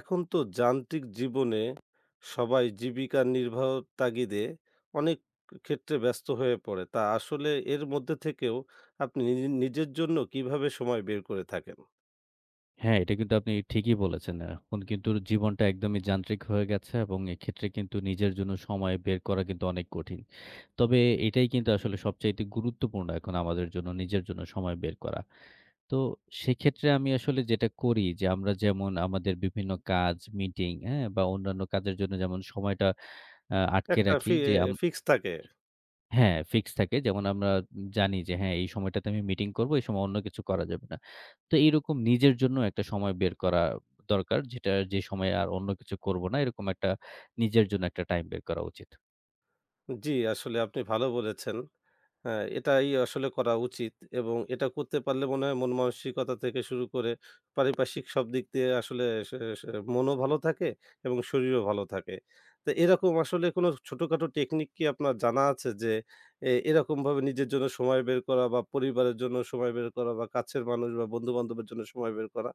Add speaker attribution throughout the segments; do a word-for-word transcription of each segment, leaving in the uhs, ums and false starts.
Speaker 1: এখন তো যান্ত্রিক জীবনে সবাই জীবিকা নির্বাহর তাগিদে অনেক ক্ষেত্রে ব্যস্ত হয়ে পড়ে। তা আসলে এর মধ্যে থেকেও আপনি নি নিজের জন্য কিভাবে সময় বের করে থাকেন?
Speaker 2: হ্যাঁ, এটা কিন্তু আপনি ঠিকই বলেছেন। এখন কিন্তু জীবনটা একদমই যান্ত্রিক হয়ে গেছে এবং এক্ষেত্রে কিন্তু নিজের জন্য সময় বের করা কিন্তু অনেক কঠিন। তবে এটাই কিন্তু আসলে সবচাইতে গুরুত্বপূর্ণ এখন আমাদের জন্য, নিজের জন্য সময় বের করা। তো সেক্ষেত্রে আমি আসলে যেটা করি যে, আমরা যেমন আমাদের বিভিন্ন কাজ, মিটিং, হ্যাঁ? বা অন্যান্য কাজের জন্য যেমন সময়টা আ আটকে
Speaker 1: একটা
Speaker 2: রাখি
Speaker 1: ফি
Speaker 2: যে,
Speaker 1: ফিক্স থাকে।
Speaker 2: হ্যাঁ, ফিক্স থাকে। যেমন আমরা জানি যে হ্যাঁ, এই সময়টাতে আমি মিটিং করব, এই সময় অন্য কিছু করা যাবে না। তো এইরকম নিজের জন্য একটা সময় বের করা দরকার। যেটা যে সময়ে আর অন্য কিছু করব না, এরকম একটা নিজের জন্য একটা টাইম বের করা উচিত।
Speaker 1: জি, আসলে আপনি ভালো বলেছেন। হ্যাঁ, এটাই আসলে করা উচিত এবং এটা করতে পারলে মনে হয় মন মানসিকতা থেকে শুরু করে পারিপার্শ্বিক সব দিক দিয়ে আসলে সে সে মনও ভালো থাকে এবং শরীরও ভালো থাকে। তো এরকম আসলে কোনো ছোটখাটো টেকনিক কি আপনার জানা আছে যে এ এরকমভাবে নিজের জন্য সময় বের করা বা পরিবারের জন্য সময় বের করা বা কাছের মানুষ বা বন্ধু-বান্ধবের জন্য সময় বের করা?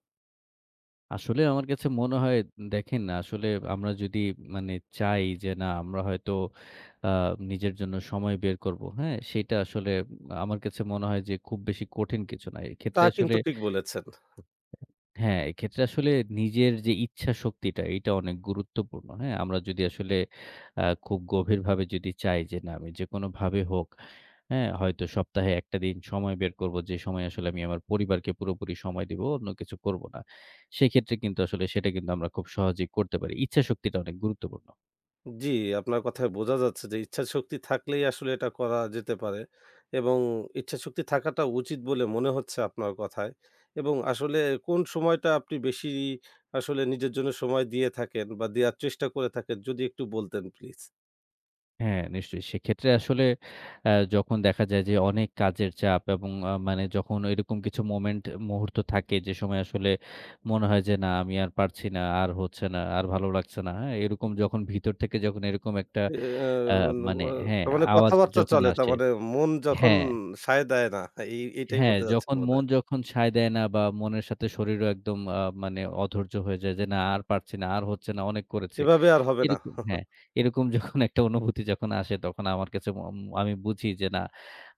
Speaker 2: আসলে আমার কাছে মনে হয় দেখেন আসলে আমরা যদি মানে চাই যে না আমরা হয়তো আ নিজের জন্য সময় বের করব। হ্যাঁ? সেটা আসলে আমার কাছে মনে হয় যে খুব বেশি কঠিন কিছু না।
Speaker 1: তা
Speaker 2: এক্ষেত্রে আসলে
Speaker 1: কিন্তু ঠিক বলেছেন।
Speaker 2: হ্যাঁ, এক্ষেত্রে আসলে নিজের যে ইচ্ছা শক্তিটা এটা অনেক গুরুত্বপূর্ণ। হ্যাঁ? আমরা যদি আসলে আ খুব গভীরভাবে যদি চাই যে না আমি যেকোনোভাবে হোক, হ্যাঁ? হয়তো সপ্তাহে একটা দিন সময় বের করব যে সময় আসলে আমি আমার পরিবারকে পুরোপুরি সময় দিব, অন্য কিছু করব না। সেক্ষেত্রে কিন্তু আসলে সেটা কিন্তু আমরা খুব সহজেই করতে পারি। ইচ্ছা শক্তিটা অনেক গুরুত্বপূর্ণ।
Speaker 1: জি, আপনার কথায় বোঝা যাচ্ছে যে ইচ্ছাশক্তি থাকলেই আসলে এটা করা যেতে পারে এবং ইচ্ছাশক্তি থাকাটা উচিত বলে মনে হচ্ছে আপনার কথায়। এবং আসলে কোন সময়টা আপনি বেশি আসলে নিজের জন্য সময় দিয়ে থাকেন বা দেয়ার চেষ্টা করে থাকেন যদি একটু বলতেন প্লিজ?
Speaker 2: হ্যাঁ, নিশ্চয়ই। সেক্ষেত্রে আসলে আ যখন দেখা যায় যে অনেক কাজের চাপ এবং আ মানে যখন এরকম কিছু মোমেন্ট মুহূর্ত থাকে যে সময় আসলে মনে হয় যে না আমি আর পারছি না, আর হচ্ছে না, আর ভালো লাগছে না। হ্যাঁ? এরকম যখন ভিতর থেকে যখন এরকম একটা
Speaker 1: এ
Speaker 2: আ
Speaker 1: আ
Speaker 2: মানে হ্যাঁ,
Speaker 1: তার মানে
Speaker 2: আওয়াজ
Speaker 1: কথাবার্তা
Speaker 2: যখন
Speaker 1: চলে, তার
Speaker 2: আসে
Speaker 1: মানে মন যখন
Speaker 2: হ্যাঁ।
Speaker 1: সায় দেয় না, এই এটাই
Speaker 2: হ্যাঁ,
Speaker 1: বলতে চাচ্ছেন
Speaker 2: যখন
Speaker 1: বোধহয়।
Speaker 2: মন যখন সায় দেয় না বা মনের সাথে শরীরও একদম আ মানে অধৈর্য হয়ে যায় যে, "না আর পারছি না, আর হচ্ছে না, অনেক করেছি।"
Speaker 1: এভাবে আর হবে না।
Speaker 2: এরকম হ্যাঁ, এরকম যখন একটা অনুভূতি যখন আসে তখন আমার কাছে ম ম- আমি বুঝি যে না,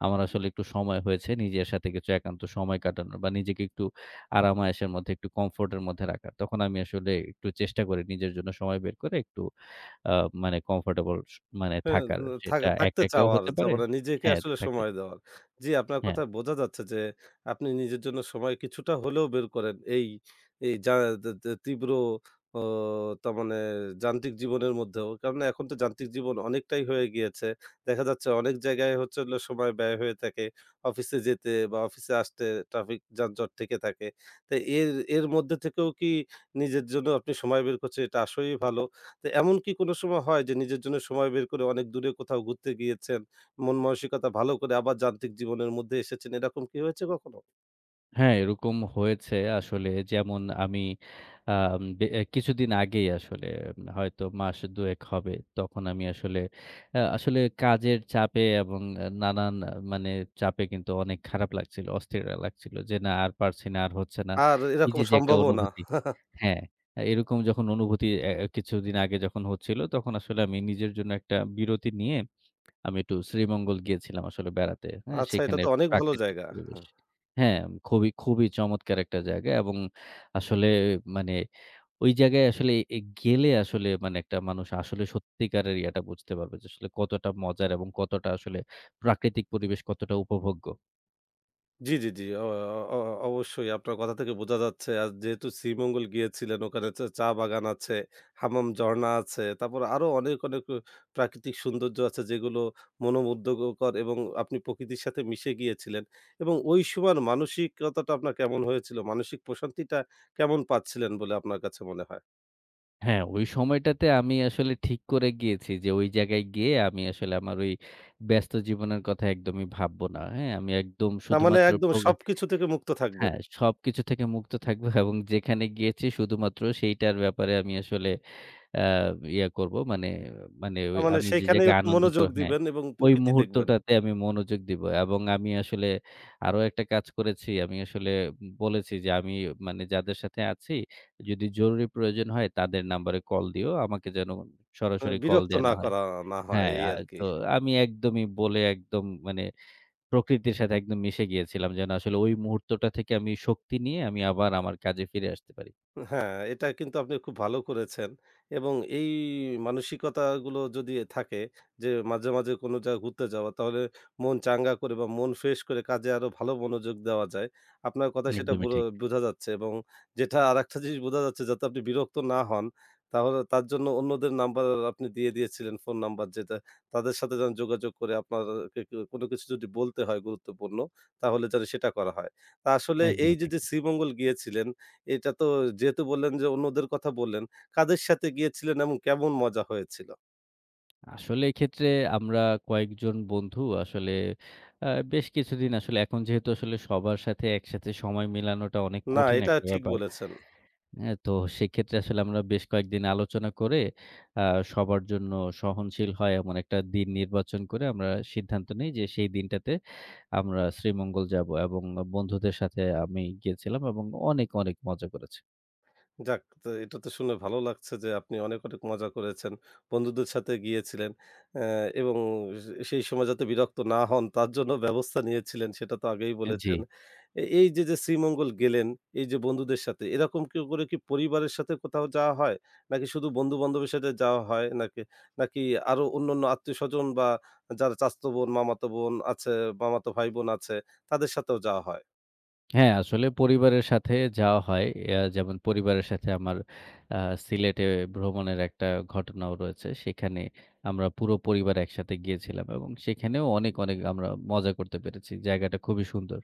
Speaker 2: আমার আসলে একটু সময় হয়েছে নিজের সাথে কিছু একান্ত সময় কাটানোর বা নিজেকে একটু আরাম-আয়েশের মধ্যে একটু কমফোর্ট এর মধ্যে রাখার। তখন আমি আসলে একটু চেষ্টা করি নিজের জন্য সময় বের করে একটু আ মানে কমফোর্টেবল স মানে
Speaker 1: হ্যাঁ,
Speaker 2: থাকার।
Speaker 1: উম থাক
Speaker 2: সেটা একা,
Speaker 1: থাকতে
Speaker 2: একাও
Speaker 1: চাওয়ার,
Speaker 2: হতে
Speaker 1: যে
Speaker 2: পারে
Speaker 1: মানে নিজেকে
Speaker 2: হ্যাঁ,
Speaker 1: আসলে
Speaker 2: থাকতে
Speaker 1: সময় দেওয়ার। জি, আপনার
Speaker 2: হ্যাঁ।
Speaker 1: কথায় বোঝা যাচ্ছে যে আপনি নিজের জন্য সময় কিছুটা হলেও বের করেন। এই এই যা তে তে তীব্র অ তার মানে যান্ত্রিক জীবনের মধ্যেও। কারণ এখন তো যান্ত্রিক জীবন অনেকটাই হয়ে গিয়েছে। দেখা যাচ্ছে অনেক জায়গায় হচ্ছে হলো সময় ব্যয় হয়ে থাকে। অফিসে যেতে বা অফিসে আসতে ট্রাফিক যানজট থেকে থাকে। তো এর এর মধ্যে থেকেও কি নিজের জন্য আপনি সময় বের করছেন, এটা আসলেই ভালো। তো এমন কি কোনো সময় হয় যে নিজের জন্য সময় বের করে অনেক দূরে কোথাও ঘুরতে গিয়েছেন, মন মানসিকতা ভালো করে আবার যান্ত্রিক জীবনের মধ্যে এসেছেন, এরকম কি হয়েছে কখনো?
Speaker 2: হ্যাঁ, এরকম হয়েছে আসলে। যেমন আমি আম বে এ, কিছুদিন আগেই আসলে উম, হয়তো মাস দুই এক হবে। তখন আমি আসলে আ আসলে কাজের চাপে এবং আহ, নানান আহ, মানে চাপে কিন্তু অনেক খারাপ লাগছিল, অস্থির লাগছিল যে না আর পারছি না, আর হচ্ছে না।
Speaker 1: আর
Speaker 2: এই
Speaker 1: এরকম
Speaker 2: যে, যে একটা
Speaker 1: সম্ভবও না।
Speaker 2: অনুভূতি হ্যাঁ, এরকম যখন অনুভূতি এ কিছুদিন আগে যখন হচ্ছিল তখন আসলে আমি নিজের জন্য একটা বিরতি নিয়ে আমি একটু শ্রীমঙ্গল গিয়েছিলাম আসলে বেড়াতে। হ্যাঁ?
Speaker 1: আচ্ছা, এটা
Speaker 2: সেখানে
Speaker 1: তো অনেক ভালো
Speaker 2: প্রাকৃতিক
Speaker 1: জায়গা।
Speaker 2: পরিবেশ। হ্যাঁ, খুবই, খুবই চমৎকার একটা জায়গা এবং আসলে মানে ওই জায়গায় আসলে এ গেলে আসলে মানে একটা মানুষ আসলে সত্যিকারের ইয়াটা বুঝতে পারবে যে আসলে কতটা মজার এবং কতটা আসলে প্রাকৃতিক পরিবেশ কতটা উপভোগ্য।
Speaker 1: জি, জি, জি। অ অ অ অবশ্যই আপনার কথা থেকে বোঝা যাচ্ছে, আর যেহেতু শ্রীমঙ্গল গিয়েছিলেন ওখানে চা চা বাগান আছে, হামাম ঝরণা আছে। তারপর আরো অনেক, অনেক অ প্রাকৃতিক সৌন্দর্য আছে যেগুলো মনোমুগ্ধকর এবং আপনি প্রকৃতির সাথে মিশে গিয়েছিলেন। এবং ওই সময়ের মানসিকতাটা আপনার কেমন হয়েছিল? মানসিক প্রশান্তিটা কেমন পাচ্ছিলেন বলে আপনার কাছে মনে হয়?
Speaker 2: হ্যাঁ, ওই সময়টাতে আমি আসলে ঠিক করে গিয়েছি যে ওই জায়গায় গিয়ে আমি আসলে আমার ওই ব্যস্ত জীবনের কথা একদমই ভাবব না। হ্যাঁ? আমি একদম
Speaker 1: তার মানে
Speaker 2: শুধুমাত্র
Speaker 1: একদম
Speaker 2: প্রোগ
Speaker 1: সবকিছু থেকে মুক্ত থাকবেন।
Speaker 2: হ্যাঁ, সবকিছু থেকে মুক্ত থাকবো এবং যেখানে গিয়েছি শুধুমাত্র সেইটার ব্যাপারে আমি আসলে আ ইয়া করব। মানে মানে
Speaker 1: তার
Speaker 2: ওই
Speaker 1: মানে
Speaker 2: আমি যে
Speaker 1: সেইখানেই
Speaker 2: জায়গায়
Speaker 1: একটু
Speaker 2: আনন্দ
Speaker 1: মনোযোগ
Speaker 2: কর হ্যাঁ,
Speaker 1: দিবেন এবং
Speaker 2: ওই
Speaker 1: প্রকৃতি দেখবেন।
Speaker 2: মুহূর্তটাতে আমি মনোযোগ দিব এবং আমি আসলে আরো একটা কাজ করেছি। আমি আসলে বলেছি যে আমি মানে যাদের সাথে আছি যদি জরুরি প্রয়োজন হয় তাদের নাম্বারে কল দিও। আমাকে যেন
Speaker 1: আ
Speaker 2: সরাসরি কল
Speaker 1: বিরক্ত
Speaker 2: দেয়া
Speaker 1: না
Speaker 2: না হয়।
Speaker 1: করা, না হয়
Speaker 2: হ্যাঁ,
Speaker 1: এই
Speaker 2: আ
Speaker 1: আরকি।
Speaker 2: তো আমি একদমই বলে একদম মানে প্রকৃতির সাথে একদম মিশে গিয়েছিলাম যেন আসলে ওই মুহূর্তটা থেকে আমি শক্তি নিয়ে আমি আবার আমার কাজে ফিরে আসতে পারি।
Speaker 1: হ্যাঁ, এটা কিন্তু আপনি খুব ভালো করেছেন এবং এই মানসিকতাগুলো যদি থাকে যে মাঝে, মাঝে কোনো জায়গায় ঘুরতে যাওয়া, তাহলে মন চাঙ্গা করে বা মন ফ্রেশ করে কাজে আরো ভালো মনোযোগ দেওয়া যায়। আপনার কথায় সেটা
Speaker 2: একদমই
Speaker 1: বুরো
Speaker 2: ঠিক,
Speaker 1: বোঝা যাচ্ছে এবং যেটা আরেকটা জিনিস বোঝা যাচ্ছে যাতে আপনি বিরক্ত না হন, তাহলে তার জন্য অন্যদের নাম্বার আপনি দিয়ে দিয়েছিলেন, ফোন নাম্বার, যেটা তাদের সাথে যেন যোগাযোগ করে আপনার কে কে কোনো কিছু যদি বলতে হয় গুরুত্বপূর্ণ, তাহলে যেন সেটা করা হয়। তা আসলে এই
Speaker 2: একদমই
Speaker 1: যে,
Speaker 2: ঠিক।
Speaker 1: যে শ্রীমঙ্গল গিয়েছিলেন, এটা তো যেহেতু বললেন যে অন্যদের কথা বললেন, কাদের সাথে গিয়েছিলেন এবং কেমন মজা হয়েছিল?
Speaker 2: আসলে এক্ষেত্রে আমরা কয়েকজন বন্ধু আসলে আ বেশ কিছুদিন আসলে এখন যেহেতু আসলে সবার সাথে একসাথে সময় মিলানোটা অনেক
Speaker 1: না,
Speaker 2: কঠিন
Speaker 1: এটা
Speaker 2: একটা
Speaker 1: ঠিক
Speaker 2: ব্যাপার।
Speaker 1: বলেছেন।
Speaker 2: হ্যাঁ, তো সেক্ষেত্রে আসলে আমরা বেশ কয়েকদিন আলোচনা করে আ সবার জন্য সহনশীল হয় এমন একটা দিন নির্বাচন করে আমরা সিদ্ধান্ত নেই যে সেই দিনটাতে আমরা শ্রীমঙ্গল যাব এবং বন্ধুদের সাথে আমি গিয়েছিলাম এবং অনেক, অনেক মজা করেছি।
Speaker 1: যাক, তো এটা তো শুনে ভালো লাগছে যে আপনি অনেক, অনেক মজা করেছেন। বন্ধুদের সাথে গিয়েছিলেন। অ্যা এবং সে সেই সময় যাতে বিরক্ত না হন তার জন্য ব্যবস্থা নিয়েছিলেন, সেটা তো আগেই
Speaker 2: জি।
Speaker 1: বলেছেন। এ এই যে, যে শ্রীমঙ্গল গেলেন, এই যে বন্ধুদের সাথে এরকম কি করে, কি পরিবারের সাথে কোথাও যাওয়া হয়? নাকি শুধু বন্ধু-বান্ধবের সাথে যাওয়া হয়? নাকি নাকি আরো অন্যান্য আত্মীয়স্বজন বা যারা চাচাতো বোন, মামাতো বোন আছে, মামাতো ভাই-বোন আছে তাদের সাথেও যাওয়া হয়?
Speaker 2: হ্যাঁ, আসলে পরিবারের সাথে যাওয়া হয়। আ যেমন পরিবারের সাথে আমার আ সিলেটে ভ্রমণের একটা ঘটনাও রয়েছে। সেখানে আমরা পুরো পরিবার একসাথে গিয়েছিলাম এবং সেখানেও অনেক, অনেক আমরা মজা করতে পেরেছি। জায়গাটা খুবই সুন্দর।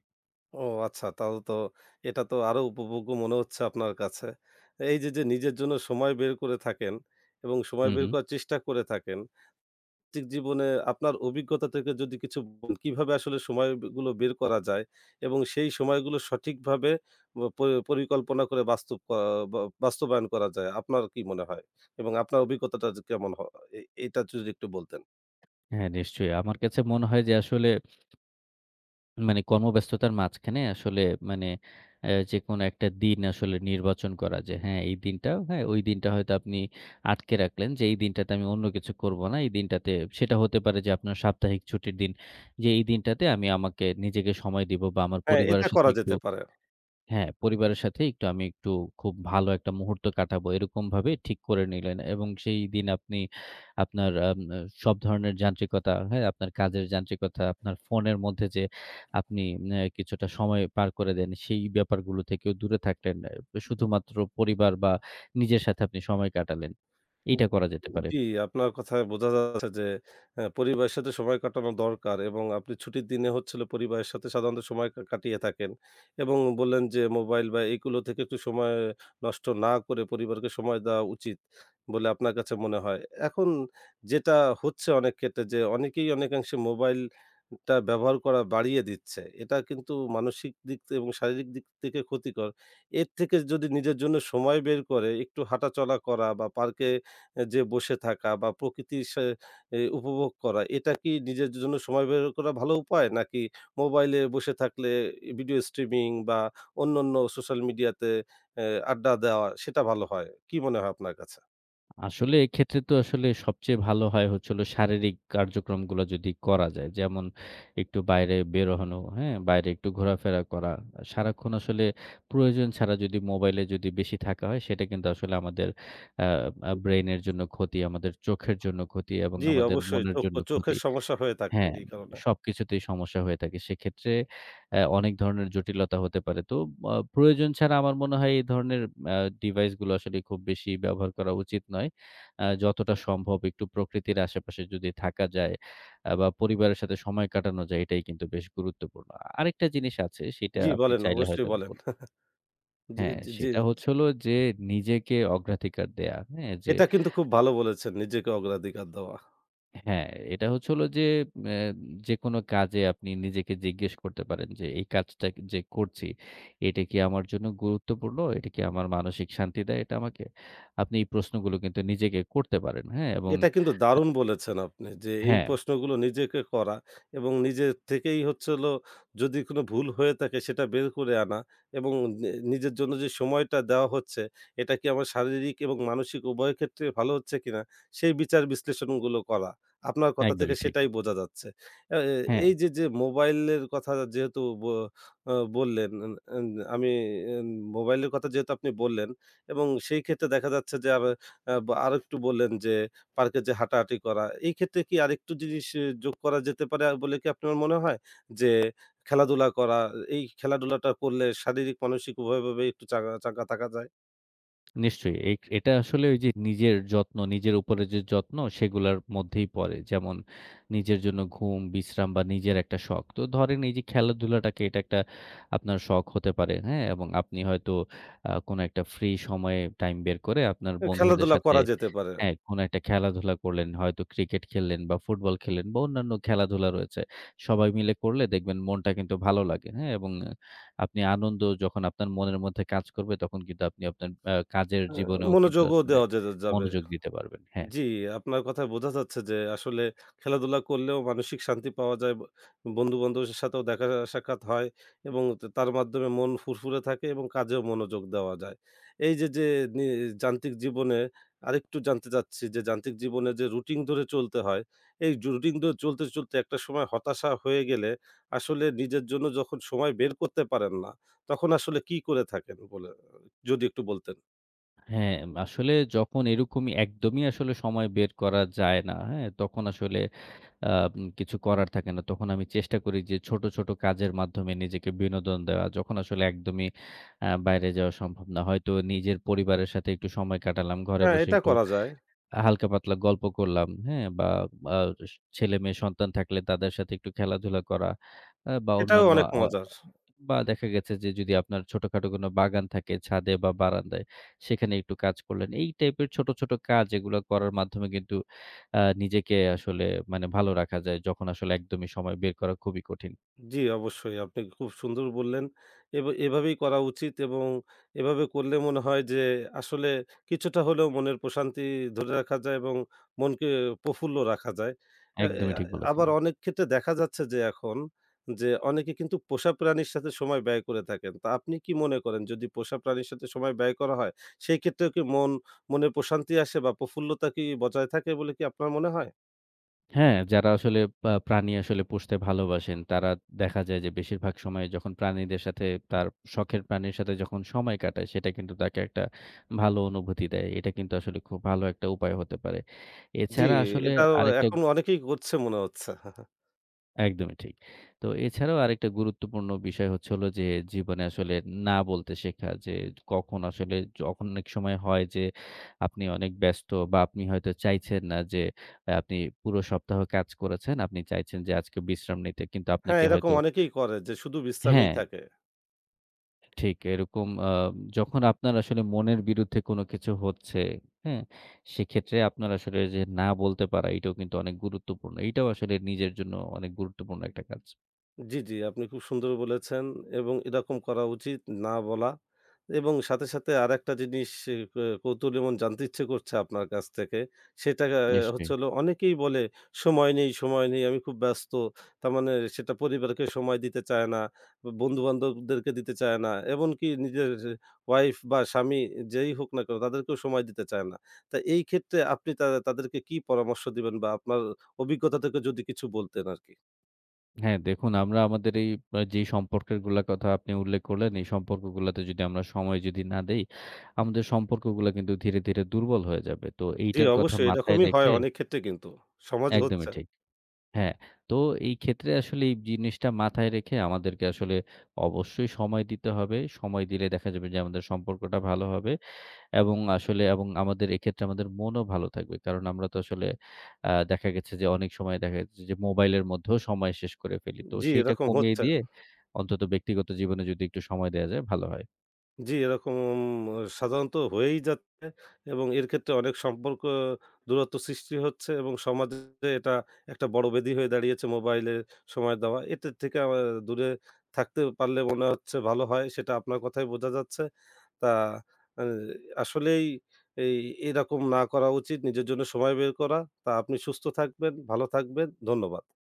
Speaker 1: ও আচ্ছা, তাহলে তো এটা তো আরো উপভোগ্য মনে হচ্ছে আপনার কাছে। এই যে, যে নিজের জন্য সময় বের করে থাকেন এবং সময়
Speaker 2: হু,
Speaker 1: বের
Speaker 2: হু।
Speaker 1: করার চেষ্টা করে থাকেন। ঠিক জীবনে আপনার অভিজ্ঞতা থেকে যদি কিছু বলেন, কিভাবে আসলে সময়গুলো বের করা যায় এবং সেই সময়গুলো সঠিকভাবে ব প পরিকল্পনা করে বাস্তব ক ব বাস্তবায়ন করা যায়। আপনার কি মনে হয়? এবং আপনার অভিজ্ঞতাটা যে কেমন হ এ এটা যদি একটু বলতেন।
Speaker 2: হ্যাঁ, নিশ্চয়ই। আমার কাছে মনে হয় যে আসলে মানে কর্মব্যস্ততার মাঝখানে আসলে মানে অ্যা যেকোনো একটা দিন আসলে নির্বাচন করা যে হ্যাঁ, এই দিনটা হ্যাঁ, ওই দিনটা হয়তো আপনি আটকে রাখলেন যে এই দিনটাতে আমি অন্য কিছু করব না। এই দিনটাতে সেটা হতে পারে যে আপনার সাপ্তাহিক ছুটির দিন। যে এই দিনটাতে আমি আমাকে নিজেকে সময় দিব বা আমার
Speaker 1: হ্যাঁ, এটা
Speaker 2: পরিবারের সাথে
Speaker 1: করা
Speaker 2: একটু
Speaker 1: যেতে পারে।
Speaker 2: হ্যাঁ, পরিবারের সাথে একটু আমি একটু খুব ভালো একটা মুহূর্ত কাটাবো এরকমভাবে ঠিক করে নিলেন এবং সেই দিন আপনি আপনার আম আ সব ধরনের যান্ত্রিকতা, হ্যাঁ? আপনার কাজের যান্ত্রিকতা, আপনার ফোনের মধ্যে যে আপনি ন্যা কিছুটা সময় পার করে দেন, সেই ব্যাপারগুলো থেকেও দূরে থাকলেন। অ্যা শুধুমাত্র পরিবার বা নিজের সাথে আপনি সময় কাটালেন। এইটা করা যেতে পারে।
Speaker 1: জি, আপনার কথায় বোঝা যাচ্ছে যে অ্যা পরিবারের সাথে সময় কাটানো দরকার এবং আপনি ছুটির দিনে হচ্ছে হলো পরিবারের সাথে সাধারণত সময় কা কাটিয়ে থাকেন এবং বললেন যে মোবাইল বা এগুলো থেকে একটু সময় নষ্ট না করে পরিবারকে সময় দেওয়া উচিত বলে আপনার কাছে মনে হয়। এখন যেটা হচ্ছে অনেক ক্ষেত্রে, যে অনেকেই অনেকাংশে মোবাইলটা ব্যবহার করা বাড়িয়ে দিচ্ছে। এটা কিন্তু মানসিক দিক থে- এবং শারীরিক দিক থেকে ক্ষতিকর। এর থেকে যদি নিজের জন্য সময় বের করে একটু হাঁটাচলা করা বা পার্কে এ যে বসে থাকা বা প্রকৃতির সা এ উপভোগ করা, এটা কি নিজের জন্য সময় বের করা ভালো উপায়? নাকি মোবাইলে বসে থাকলে ভিডিও স্ট্রিমিং বা অন্যান্য সোশ্যাল মিডিয়াতে এ আড্ডা দেওয়া সেটা ভালো হয়? কি মনে হয় আপনার কাছে?
Speaker 2: আসলে এক্ষেত্রে তো আসলে সবচেয়ে ভালো হয় হচ্ছে হলো শারীরিক কার্যক্রমগুলো যদি করা যায়। যেমন একটু বাইরে বেরোনো, হ্যাঁ? বাইরে একটু ঘোরাফেরা করা। সারাক্ষণ আসলে প্রয়োজন ছাড়া যদি মোবাইলে যদি বেশি থাকা হয় সেটা কিন্তু আসলে আমাদের আ আ ব্রেইনের জন্য ক্ষতি, আমাদের চোখের জন্য ক্ষতি এবং
Speaker 1: জি,
Speaker 2: আমাদের
Speaker 1: অবশ্যই
Speaker 2: মনের
Speaker 1: চোখ
Speaker 2: জন্য
Speaker 1: চোখের
Speaker 2: ক্ষতি।
Speaker 1: সমস্যা হয়ে থাকে
Speaker 2: হ্যাঁ,
Speaker 1: এই কারণে।
Speaker 2: সবকিছুতেই সমস্যা হয়ে থাকে। সেক্ষেত্রে অ্যা অনেক ধরনের জটিলতা হতে পারে। তো আ প্রয়োজন ছাড়া আমার মনে হয় এই ধরনের আ ডিভাইস গুলো আসলে খুব বেশি ব্যবহার করা উচিত নয়। আ যতটা সম্ভব একটু প্রকৃতির আশেপাশে যদি থাকা যায় আ বা পরিবারের সাথে সময় কাটানো যায় এটাই কিন্তু বেশ গুরুত্বপূর্ণ। আরেকটা জিনিস আছে সেটা
Speaker 1: জি,
Speaker 2: আপনি
Speaker 1: বলেন,
Speaker 2: চাইলে
Speaker 1: অবশ্যই
Speaker 2: হয়তো আমি
Speaker 1: বলেন।
Speaker 2: বল
Speaker 1: জি,
Speaker 2: হ্যাঁ,
Speaker 1: জি, জি,
Speaker 2: সেটা
Speaker 1: জি।
Speaker 2: হচ্ছে হলো যে নিজেকে অগ্রাধিকার দেয়া। হ্যাঁ? যে
Speaker 1: এটা কিন্তু খুব ভালো বলেছেন, নিজেকে অগ্রাধিকার দেওয়া।
Speaker 2: হ্যাঁ, এটা হচ্ছে হলো যে অ্যা যেকোনো কাজে আপনি নিজেকে জিজ্ঞেস করতে পারেন যে, "এই কাজটা কি- যে করছি, এটা কি আমার জন্য গুরুত্বপূর্ণ? এটা কি আমার মানসিক শান্তি দেয় এটা আমাকে?" আপনি এই প্রশ্নগুলো কিন্তু নিজেকে করতে পারেন। হ্যাঁ? এবং
Speaker 1: এটা কিন্তু দারুণ বলেছেন আপনি যে, এই
Speaker 2: হ্যাঁ,
Speaker 1: প্রশ্নগুলো নিজেকে করা এবং নিজের থেকেই হচ্ছে হলো যদি কোনো ভুল হয়ে থাকে সেটা বের করে আনা এবং নি নিজের জন্য যে সময়টা দেওয়া হচ্ছে, এটা কি আমার শারীরিক এবং মানসিক উভয় ক্ষেত্রে ভালো হচ্ছে কিনা, সেই বিচার বিশ্লেষণগুলো করা। আপনার কথা থেকে
Speaker 2: একদমই ঠিক।
Speaker 1: সেটাই বোঝা যাচ্ছে। আ এ
Speaker 2: হ্যাঁ।
Speaker 1: এই যে, যে মোবাইলের কথা যেহেতু ব আ বললেন, এন এন আমি এন মোবাইলের কথা যেহেতু আপনি বললেন এবং সেই ক্ষেত্রে দেখা যাচ্ছে যে, আবার আ বা আরেকটু বললেন যে পার্কে যে হাঁটাহাঁটি করা। এই ক্ষেত্রে কি আরেকটু জিনিস এ যোগ করা যেতে পারে আ বলে কি আপনার মনে হয়? যে খেলাধুলা করা, এই খেলাধুলাটা করলে শারীরিক মানসিক উভয়ভাবেই একটু চাঙ্গা চাঙ্গা থাকা যায়।
Speaker 2: নিশ্চয়ই। এই এটা আসলে ওই যে নিজের যত্ন, নিজের উপরে যে যত্ন সেগুলার মধ্যেই পড়ে। যেমন নিজের জন্য ঘুম, বিশ্রাম বা নিজের একটা শখ। তো ধরেন এই যে খেলাধুলাটাকে এটা একটা আপনার শখ হতে পারে, হ্যাঁ? এবং আপনি হয়তো আ কোনো একটা ফ্রি সময়ে টাইম বের করে আপনার
Speaker 1: এ
Speaker 2: বন্ধুদের
Speaker 1: খেলাধুলা
Speaker 2: সাথে
Speaker 1: করা যেতে পারে।
Speaker 2: হ্যাঁ, কোনো একটা খেলাধুলা করলেন। হয়তো ক্রিকেট খেললেন বা ফুটবল খেললেন বা অন্যান্য খেলাধুলা রয়েছে। সবাই মিলে করলে দেখবেন মনটা কিন্তু ভালো লাগে, হ্যাঁ? এবং আপনি আনন্দ যখন আপনার মনের মধ্যে কাজ করবে, তখন কিন্তু আপনি আপনার আ কাজের
Speaker 1: আ
Speaker 2: জীবনেও কিন্তু
Speaker 1: মনোযোগও
Speaker 2: আসলে
Speaker 1: দেওয়া যে যাবে।
Speaker 2: মনোযোগ দিতে পারবেন। হ্যাঁ,
Speaker 1: জি, আপনার কথায় বোঝা যাচ্ছে যে আসলে খেলাধুলা করলেও মানসিক শান্তি পাওয়া যায়। ব বন্ধু-বান্ধবের সাথেও দেখা সাক্ষাৎ হয় এবং ত তার মাধ্যমে মন ফুরফুরে থাকে এবং কাজেও মনোযোগ দেওয়া যায়। এই যে, যে নি যান্ত্রিক জীবনে আরেকটু জানতে চাচ্ছি যে যান্ত্রিক জীবনে যে রুটিন ধরে চলতে হয়, এই জু রুটিন ধরে চলতে, চলতে একটা সময় হতাশা হয়ে গেলে আসলে নিজের জন্য যখন সময় বের করতে পারেন না, তখন আসলে কি করে থাকেন বলে যদি একটু বলতেন?
Speaker 2: হ্যাঁ, আসলে যখন এরকমই একদমই আসলে সময় বের করা যায় না, হ্যাঁ? তখন আসলে আ কিছু করার থাকে না। তখন আমি চেষ্টা করি যে ছোট, ছোট কাজের মাধ্যমে নিজেকে বিনোদন দেওয়া। যখন আসলে একদমই আ বাইরে যাওয়া সম্ভব না। হয়তো নিজের পরিবারের সাথে একটু সময় কাটালাম। ঘরে
Speaker 1: হ্যাঁ,
Speaker 2: বসে
Speaker 1: এটা
Speaker 2: একটু
Speaker 1: করা যায়।
Speaker 2: আ হালকা পাতলা গল্প করলাম, হ্যাঁ? বা আ স ছেলে-মেয়ে সন্তান থাকলে তাদের সাথে একটু খেলাধুলা করা আ বা
Speaker 1: এটাও
Speaker 2: অন্যান্য
Speaker 1: অনেক
Speaker 2: আ
Speaker 1: মজার।
Speaker 2: বা দেখা গেছে যে যদি আপনার ছোটখাটো কোনো বাগান থাকে ছাদে বা বারান্দায়, সেখানে একটু কাজ করলেন। এই টাইপের ছোট, ছোট কাজ এগুলো করার মাধ্যমে কিন্তু আ নিজেকে আসলে মানে ভালো রাখা যায় যখন আসলে একদমই সময় বের করা খুবই কঠিন।
Speaker 1: জি, অবশ্যই আপনি খুব সুন্দর বললেন। এবা এভাবেই করা উচিত এবং এভাবে করলে মনে হয় যে আসলে কিছুটা হলেও মনের প্রশান্তি ধরে রাখা যায় এবং মনকে প্রফুল্ল রাখা যায়। অ্যা অ্যা
Speaker 2: একদমই ঠিক বলেছেন।
Speaker 1: আবার অনেক ক্ষেত্রে দেখা যাচ্ছে যে এখন যে অনেকে কিন্তু পোষা প্রাণীর সাথে সময় ব্যয় করে থাকেন। তা আপনি কি মনে করেন যদি পোষা প্রাণীর সাথে সময় ব্যয় করা হয়, সেই ক্ষেত্রেও কি মন মনে প্রশান্তি আসে বা প্রফুল্লতা কি বজায় থাকে বলে কি আপনার মনে হয়?
Speaker 2: হ্যাঁ, যারা আসলে পা প্রাণী আসলে পুষতে ভালোবাসেন, তারা দেখা যায় যে বেশিরভাগ সময়ে যখন প্রাণীদের সাথে তার শখের প্রাণীর সাথে যখন সময় কাটায়, সেটা কিন্তু তাকে একটা ভালো অনুভূতি দেয়। এটা কিন্তু আসলে খুব ভালো একটা উপায় হতে পারে।
Speaker 1: জি,
Speaker 2: এছাড়া আসলে
Speaker 1: এটাও
Speaker 2: আরেকটা
Speaker 1: এখন অনেকেই করছে মনে হচ্ছে।
Speaker 2: একদমই ঠিক। তো এছাড়াও আরেকটা গুরুত্বপূর্ণ বিষয় হচ্ছে হলো যে জীবনে আসলে না বলতে শেখা। যে কখন আসলে যখন অনেক সময় হয় যে আপনি অনেক ব্যস্ত বা আপনি হয়তো চাইছেন না যে অ্যা আপনি পুরো সপ্তাহ কাজ করেছেন। আপনি চাইছেন যে আজকে বিশ্রাম নিতে। কিন্তু
Speaker 1: হ্যাঁ,
Speaker 2: আপনাকে
Speaker 1: এরকম
Speaker 2: হয়তো
Speaker 1: অনেকেই করে যে শুধু বিশ্রামেই
Speaker 2: হ্যাঁ,
Speaker 1: থাকে।
Speaker 2: ঠিক এরকম আ যখন আপনার আসলে মনের বিরুদ্ধে কোনো কিছু হচ্ছে, হ্যাঁ? সেক্ষেত্রে আপনার আসলে যে না বলতে পারা এটাও কিন্তু অনেক গুরুত্বপূর্ণ। এটাও আসলে নিজের জন্য অনেক গুরুত্বপূর্ণ একটা কাজ।
Speaker 1: জি, জি, আপনি খুব সুন্দর বলেছেন এবং এরকম করা উচিত, না বলা, এবং সাথে, সাথে আরেকটা জিনিস এ ক কৌতূহলী মন জানতে ইচ্ছে করছে আপনার কাছ থেকে। সেটা আ হচ্ছে
Speaker 2: নিশ্চয়ই।
Speaker 1: হলো অনেকেই বলে, "সময় নেই, সময় নেই, আমি খুব ব্যস্ত।" তার মানে সেটা পরিবারকে সময় দিতে চায় না, বন্ধু-বান্ধবদেরকে দিতে চায় না, এমনকি নিজের ওয়াইফ বা স্বামী, যেই হোক না কেন, তাদেরকেও সময় দিতে চায় না। তা এই ক্ষেত্রে আপনি তা তাদেরকে কি পরামর্শ দিবেন বা আপনার অভিজ্ঞতা থেকে যদি কিছু বলতেন আরকি?
Speaker 2: হ্যাঁ, দেখুন আমরা আমাদের এই আ যে সম্পর্কগুলার কথা আপনি উল্লেখ করলেন, এই সম্পর্কগুলাতে যদি আমরা সময় যদি না দেই, আমাদের সম্পর্কগুলা কিন্তু ধীরে, ধীরে দুর্বল হয়ে যাবে। তো
Speaker 1: জি,
Speaker 2: এইটার কথা
Speaker 1: অবশ্যই
Speaker 2: মাথায়
Speaker 1: এরকমই হয়
Speaker 2: রেখে
Speaker 1: অনেক ক্ষেত্রে কিন্তু। সমাজে
Speaker 2: একদমই
Speaker 1: হচ্ছে।
Speaker 2: ঠিক। হ্যাঁ, তো এই ক্ষেত্রে আসলে এই জিনিসটা মাথায় রেখে আমাদেরকে আসলে অবশ্যই সময় দিতে হবে। সময় দিলে দেখা যাবে যে আমাদের সম্পর্কটা ভালো হবে। এবং আসলে এবং আমাদের এক্ষেত্রে আমাদের মনও ভালো থাকবে। কারণ আমরা তো আসলে আ দেখা গেছে যে অনেক সময় দেখা যাচ্ছে যে মোবাইলের মধ্যেও সময় শেষ করে ফেলি। তো
Speaker 1: জি,
Speaker 2: সেইটা
Speaker 1: এরকম
Speaker 2: কমিয়ে
Speaker 1: হচ্ছে।
Speaker 2: দিয়ে অন্তত ব্যক্তিগত জীবনে যদি একটু সময় দেয়া যায় ভালো হয়।
Speaker 1: জি, এরকম সাধারণত হয়েই যাচ্ছে এবং এর ক্ষেত্রে অনেক সম্পর্ক দূরত্ব সৃষ্টি হচ্ছে এবং সমাজে এটা একটা বড় ব্যাধি হয়ে দাঁড়িয়েছে, মোবাইলে সময় দেওয়া। এটা থেকে আ দূরে থাকতে পারলে মনে হচ্ছে ভালো হয়। সেটা আপনার কথায় বোঝা যাচ্ছে। তা আ আসলেই এই এরকম না করা উচিত। নিজের জন্য সময় বের করা। তা আপনি সুস্থ থাকবেন, ভালো থাকবেন। ধন্যবাদ।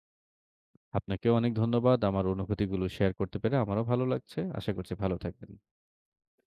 Speaker 2: আপনাকেও অনেক ধন্যবাদ। আমার অনুভূতিগুলো শেয়ার করতে পেরে আমারও ভালো লাগছে। আশা করছি ভালো থাকবেন।